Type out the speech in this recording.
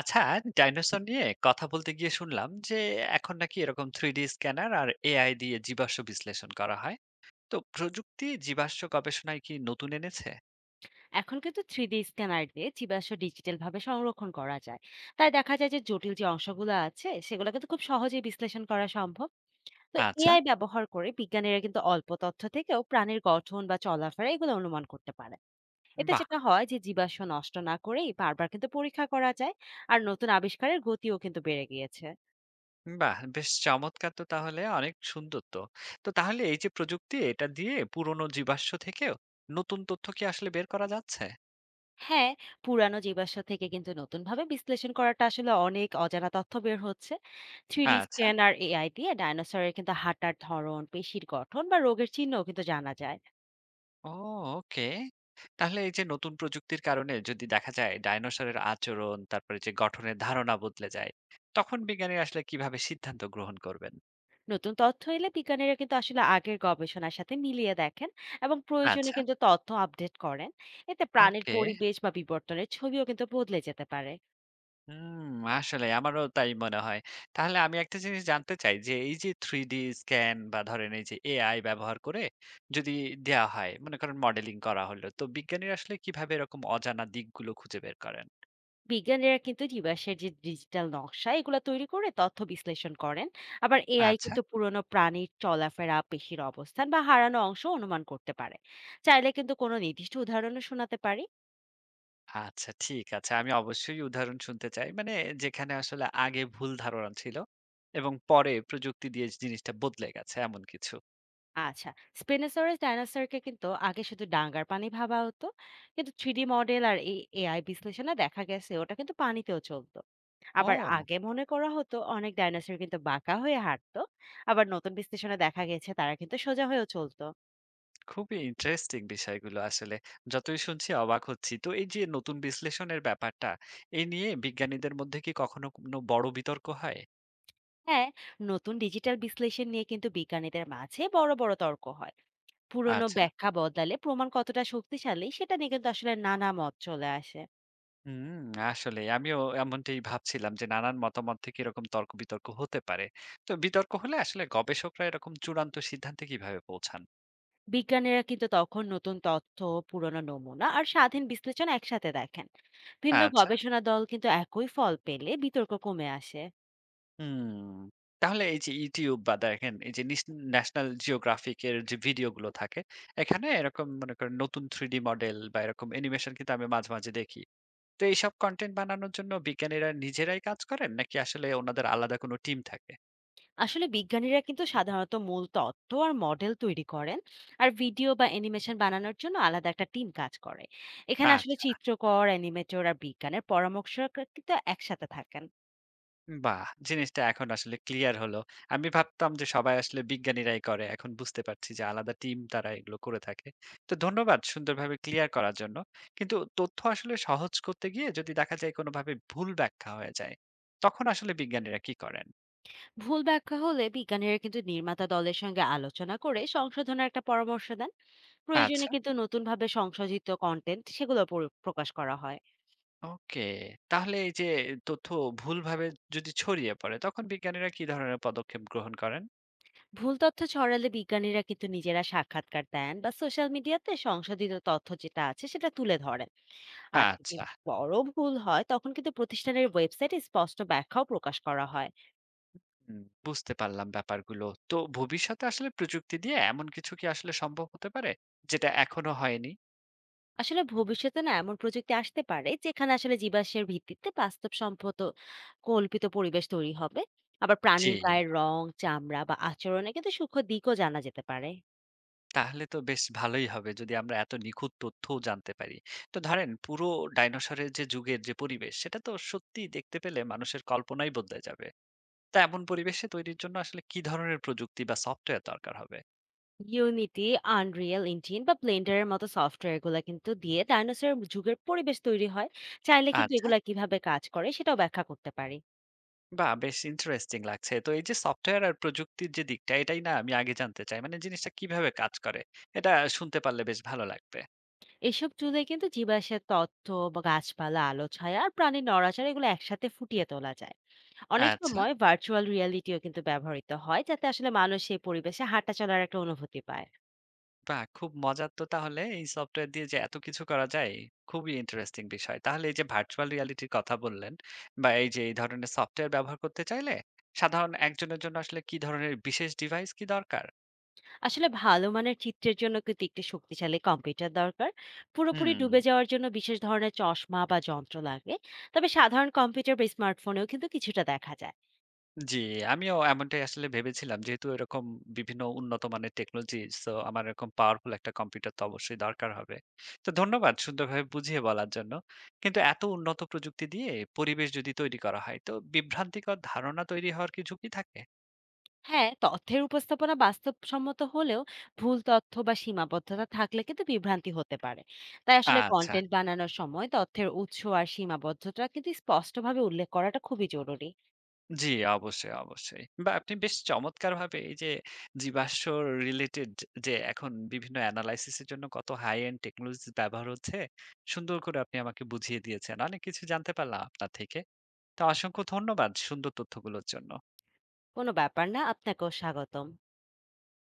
আচ্ছা, ডাইনোসর নিয়ে কথা বলতে গিয়ে শুনলাম যে এখন নাকি এরকম থ্রি ডি স্ক্যানার আর এআই দিয়ে জীবাশ্ম বিশ্লেষণ করা হয়। তো প্রযুক্তি জীবাশ্ম গবেষণায় কি নতুন এনেছে? এখন কিন্তু থ্রি ডি স্ক্যানার দিয়ে জীবাশ্ম ডিজিটাল ভাবে সংরক্ষণ করা যায়। তাই দেখা যায় যে জটিল যে অংশগুলো আছে সেগুলো কিন্তু খুব সহজেই বিশ্লেষণ করা সম্ভব। তো আচ্ছা। এআই ব্যবহার করে বিজ্ঞানীরা কিন্তু অল্প তথ্য থেকেও প্রাণীর গঠন বা চলাফেরা এগুলো অনুমান করতে পারে। এতে বাহ। যেটা হয় যে জীবাশ্ম নষ্ট না করেই বারবার কিন্তু পরীক্ষা করা যায়। আর নতুন আবিষ্কারের গতিও কিন্তু বেড়ে গিয়েছে। বাহ, বেশ চমৎকার। তো তাহলে অনেক সুন্দর তো তো তাহলে এই যে প্রযুক্তি এটা দিয়ে পুরনো জীবাশ্ম থেকেও নতুন তথ্য কি আসলে বের করা যাচ্ছে? হ্যাঁ, পুরানো জীবাশ্ম থেকে কিন্তু নতুনভাবে বিশ্লেষণ করাটা আসলে অনেক অজানা তথ্য বের হচ্ছে। 3D আচ্ছা। স্ক্যান আর AI দিয়ে ডায়নোসরের কিন্তু হাঁটার ধরন, পেশির গঠন বা রোগের চিহ্নও কিন্তু জানা যায়। ও। ওকে। তাহলে এই যে নতুন প্রযুক্তির কারণে যদি দেখা যায় ডায়নোসরের আচরণ, তারপরে যে গঠনের ধারণা বদলে যায়, তখন বিজ্ঞানী আসলে কিভাবে সিদ্ধান্ত গ্রহণ করবেন? নতুন তথ্য এলে বিজ্ঞানীরা কিন্তু আসলে আগের গবেষণার সাথে মিলিয়ে দেখেন এবং প্রয়োজনে আচ্ছা, কিন্তু তথ্য আপডেট করেন। এতে প্রাণের ওকে। পরিবেশ বা বিবর্তনের ছবিও কিন্তু বদলে যেতে পারে। হুম, আসলে আমারও তাই মনে হয়। তাহলে আমি একটা জিনিস জানতে চাই যে এই যে 3D স্ক্যান বা ধরেন এই যে এআই ব্যবহার করে যদি দেয়া হয়, মনে করেন মডেলিং করা হলো, তো বিজ্ঞানীরা আসলে কিভাবে এরকম অজানা দিকগুলো খুঁজে বের করেন? বিজ্ঞানীরা কিন্তু জীবাশ্মের যে ডিজিটাল নকশা এগুলো তৈরি করে তথ্য বিশ্লেষণ করেন। আবার এআই আচ্ছা। কিন্তু পুরনো প্রাণীর চলাফেরা, পেশির অবস্থান বা হারানো অংশ অনুমান করতে পারে। চাইলে কিন্তু কোনো নির্দিষ্ট উদাহরণও শোনাতে পারি। আচ্ছা, ঠিক আছে। আমি অবশ্যই উদাহরণ শুনতে চাই। মানে যেখানে আসলে আগে ভুল ধারণা ছিল এবং পরে প্রযুক্তি দিয়ে জিনিসটা বদলে গেছে এমন কিছু। আচ্ছা, স্পেনোসরাস ডাইনোসরকে কিন্তু আগে শুধু ডাঙ্গার পানি ভাবা হতো, কিন্তু থ্রিডি মডেল আর এই এআই বিশ্লেষণে দেখা গেছে ওটা কিন্তু পানিতেও চলতো। আবার ও! আগে মনে করা হতো অনেক ডাইনোসর কিন্তু বাঁকা হয়ে হাঁটতো, আবার নতুন বিশ্লেষণে দেখা গেছে তারা কিন্তু সোজা হয়েও চলতো। খুবই ইন্টারেস্টিং বিষয়গুলো আসলে। যতই শুনছি অবাক হচ্ছি। তো এই যে নতুন বিশ্লেষণের ব্যাপারটা, এই নিয়ে বিজ্ঞানীদের মধ্যে কি কখনো কোনো বড় বিতর্ক হয়? হ্যাঁ, নতুন ডিজিটাল বিশ্লেষণ নিয়ে কিন্তু বিজ্ঞানীদের মাঝে বড় বড় তর্ক হয়। পুরনো আচ্ছা। ব্যাখ্যা বদলালে প্রমাণ কতটা শক্তিশালী সেটা নিয়ে কিন্তু আসলে নানা মত চলে আসে। হুম, আসলেই। আমিও এমনটাই ভাবছিলাম যে নানান মতামত থেকে এরকম তর্ক-বিতর্ক হতে পারে। তো বিতর্ক হলে আসলে গবেষকরা এরকম চূড়ান্ত সিদ্ধান্তে কিভাবে পৌঁছান? বিজ্ঞানীরা কিন্তু তখন নতুন তথ্য, পুরনো নমুনা আর স্বাধীন বিশ্লেষণ একসাথে দেখেন। ভিন্ন আচ্ছা। গবেষণা দল কিন্তু একই ফল পেলে বিতর্ক কমে আসে। হুম। তাহলে এই যে YouTube বা দেখেন এই যে ন্যাশনাল জিওগ্রাফিক এর যে ভিডিও গুলো থাকে, এখানে এরকম মনে করেন নতুন 3D মডেল বা এরকম অ্যানিমেশন কিন্তু আমি মাঝে, মাঝে দেখি। তো এইসব কনটেন্ট বানানোর জন্য বিজ্ঞানীরা নিজেরাই কাজ করেন নাকি আসলে ওনাদের আলাদা কোনো টিম থাকে? আসলে বিজ্ঞানীরা কিন্তু সাধারণত মূল তত্ত্ব আর মডেল তৈরি করেন। আর ভিডিও বা অ্যানিমেশন বানানোর জন্য আলাদা একটা টিম কাজ করে। এখানে আসলে আচ্ছা। চিত্রকর, অ্যানিমেটর আর বিজ্ঞানের পরামর্শ কিন্তু একসাথে থাকেন। বাহ! জিনিসটা এখন আসলে ক্লিয়ার হলো। আমি ভাবতাম যে সবাই আসলে বিজ্ঞানীরাই করে। এখন বুঝতে পারছি যে আলাদা টিম তারা এগুলো করে থাকে। তো ধন্যবাদ সুন্দরভাবে ক্লিয়ার করার জন্য। কিন্তু তথ্য আসলে সহজ করতে গিয়ে যদি দেখা যায় কোনোভাবে ভুল ব্যাখ্যা হয়ে যায়, তখন আসলে বিজ্ঞানীরা কি করেন? ভুল ব্যাখ্যা হলে বিজ্ঞানীরা কিন্তু নির্মাতা দলের সঙ্গে আলোচনা করে সংশোধনের একটা পরামর্শ দেন। আচ্ছা, প্রয়োজনে কিন্তু নতুনভাবে সংশোধিত কন্টেন্ট সেগুলো প্রকাশ করা হয়। ওকে। তাহলে এই যে তথ্য ভুলভাবে যদি ছড়িয়ে পড়ে, তখন বিজ্ঞানীরা কি ধরনের পদক্ষেপ গ্রহণ করেন? ভুল তথ্য ছড়ালে বিজ্ঞানীরা কিন্তু নিজেরা সাক্ষাৎকার দেন বা সোশ্যাল মিডিয়াতে সংশোধিত তথ্য যেটা আছে সেটা তুলে ধরেন। আর যদি আচ্ছা। বড় ভুল হয় তখন কিন্তু প্রতিষ্ঠানের ওয়েবসাইটে স্পষ্ট ব্যাখ্যাও প্রকাশ করা হয়। হুম, বুঝতে পারলাম ব্যাপারগুলো। তো ভবিষ্যতে আসলে প্রযুক্তি দিয়ে এমন কিছু কি আসলে সম্ভব হতে পারে, যেটা এখনো হয়নি? আসলে ভবিষ্যতে না এমন প্রযুক্তি আসতে পারে যেখানে আসলে জীবাশ্মের ভিত্তিতে বাস্তবসম্মত কল্পিত পরিবেশ তৈরি হবে। আবার জি, প্রাণীর গায়ের রং, চামড়া বা আচরণে কিন্তু সূক্ষ্ম দিকও জানা যেতে পারে। তাহলে তো বেশ ভালোই হবে যদি আমরা এত নিখুঁত তথ্যও জানতে পারি। তো ধরেন পুরো ডাইনোসরের যে যুগের যে পরিবেশ সেটা তো সত্যিই দেখতে পেলে মানুষের কল্পনাই বদলে যাবে। তা এমন পরিবেশে তৈরির জন্য আসলে কি ধরনের প্রযুক্তি বা সফটওয়্যার দরকার হবে? ইউনিটি, আনরিয়েল ইঞ্জিন বা ব্লেন্ডারের মতো সফটওয়্যারগুলো কিন্তু দিয়ে ডাইনোসরের যুগের পরিবেশ তৈরি হয়। চাইলে কিন্তু আচ্ছা। এগুলা কিভাবে কাজ করে সেটাও ব্যাখ্যা করতে পারি। বাহ! বেশ ইন্টারেস্টিং লাগছে। তো এই যে সফটওয়্যার আর প্রযুক্তির যে দিকটা, এটাই না আমি আগে জানতে চাই। মানে জিনিসটা কিভাবে কাজ করে? এটা শুনতে পারলে বেশ ভালো লাগবে। এসব চুলায় কিন্তু জীবাশ্মের তথ্য বা গাছপালা, আলো, ছায়া আর প্রাণীর নড়াচড়া এগুলো একসাথে ফুটিয়ে তোলা যায়। অনেক আচ্ছা। সময় ভার্চুয়াল রিয়ালিটিও কিন্তু ব্যবহৃত হয় যাতে আসলে মানুষ সেই পরিবেশে হাঁটা চলার একটা অনুভূতি পায়। বাহ! খুব মজার। তো তাহলে এই সফটওয়্যার দিয়ে যে এত কিছু করা যায়, খুবই ইন্টারেস্টিং বিষয়। তাহলে এই যে ভার্চুয়াল রিয়ালিটির কথা বললেন বা এই যে এই ধরনের সফটওয়্যার ব্যবহার করতে চাইলে সাধারণ একজনের জন্য আসলে কি ধরনের বিশেষ ডিভাইস কি দরকার? আসলে ভালো মানের চিত্রের জন্য কিন্তু একটি শক্তিশালী কম্পিউটার দরকার। পুরোপুরি হুম। ডুবে যাওয়ার জন্য বিশেষ ধরনের চশমা বা যন্ত্র লাগে। তবে সাধারণ কম্পিউটার বা স্মার্টফোনেও কিন্তু কিছুটা দেখা যায়। জি, আমিও এমনটাই আসলে ভেবেছিলাম। যেহেতু এরকম বিভিন্ন উন্নত মানের টেকনোলজি, সো আমার এরকম পাওয়ারফুল একটা কম্পিউটার তো অবশ্যই দরকার হবে। তো ধন্যবাদ সুন্দরভাবে বুঝিয়ে বলার জন্য। কিন্তু এত উন্নত প্রযুক্তি দিয়ে পরিবেশ যদি তৈরি করা হয় তো বিভ্রান্তিকর ধারণা তৈরি হওয়ার কি ঝুঁকি থাকে? হ্যাঁ, তথ্যের উপস্থাপনা বাস্তবসম্মত হলেও ভুল তথ্য বা সীমাবদ্ধতা থাকলে কিন্তু বিভ্রান্তি হতে পারে। তাই আসলে আচ্ছা। কনটেন্ট বানানোর সময় তথ্যের উৎস আর সীমাবদ্ধতা কিন্তু স্পষ্টভাবে উল্লেখ করাটা খুবই জরুরি। জি, অবশ্যই, অবশ্যই। বা আপনি বেশ চমৎকারভাবে এই যে জীবাশ্ম রিলেটেড, যে এখন বিভিন্ন এনালাইসিস এর জন্য কত হাই এন্ড টেকনোলজিস ব্যবহার হচ্ছে, সুন্দর করে আপনি আমাকে বুঝিয়ে দিয়েছেন। অনেক কিছু জানতে পারলাম আপনার থেকে। তো অসংখ্য ধন্যবাদ সুন্দর তথ্যগুলোর জন্য। কোনো ব্যাপার না, আপনাকেও স্বাগতম।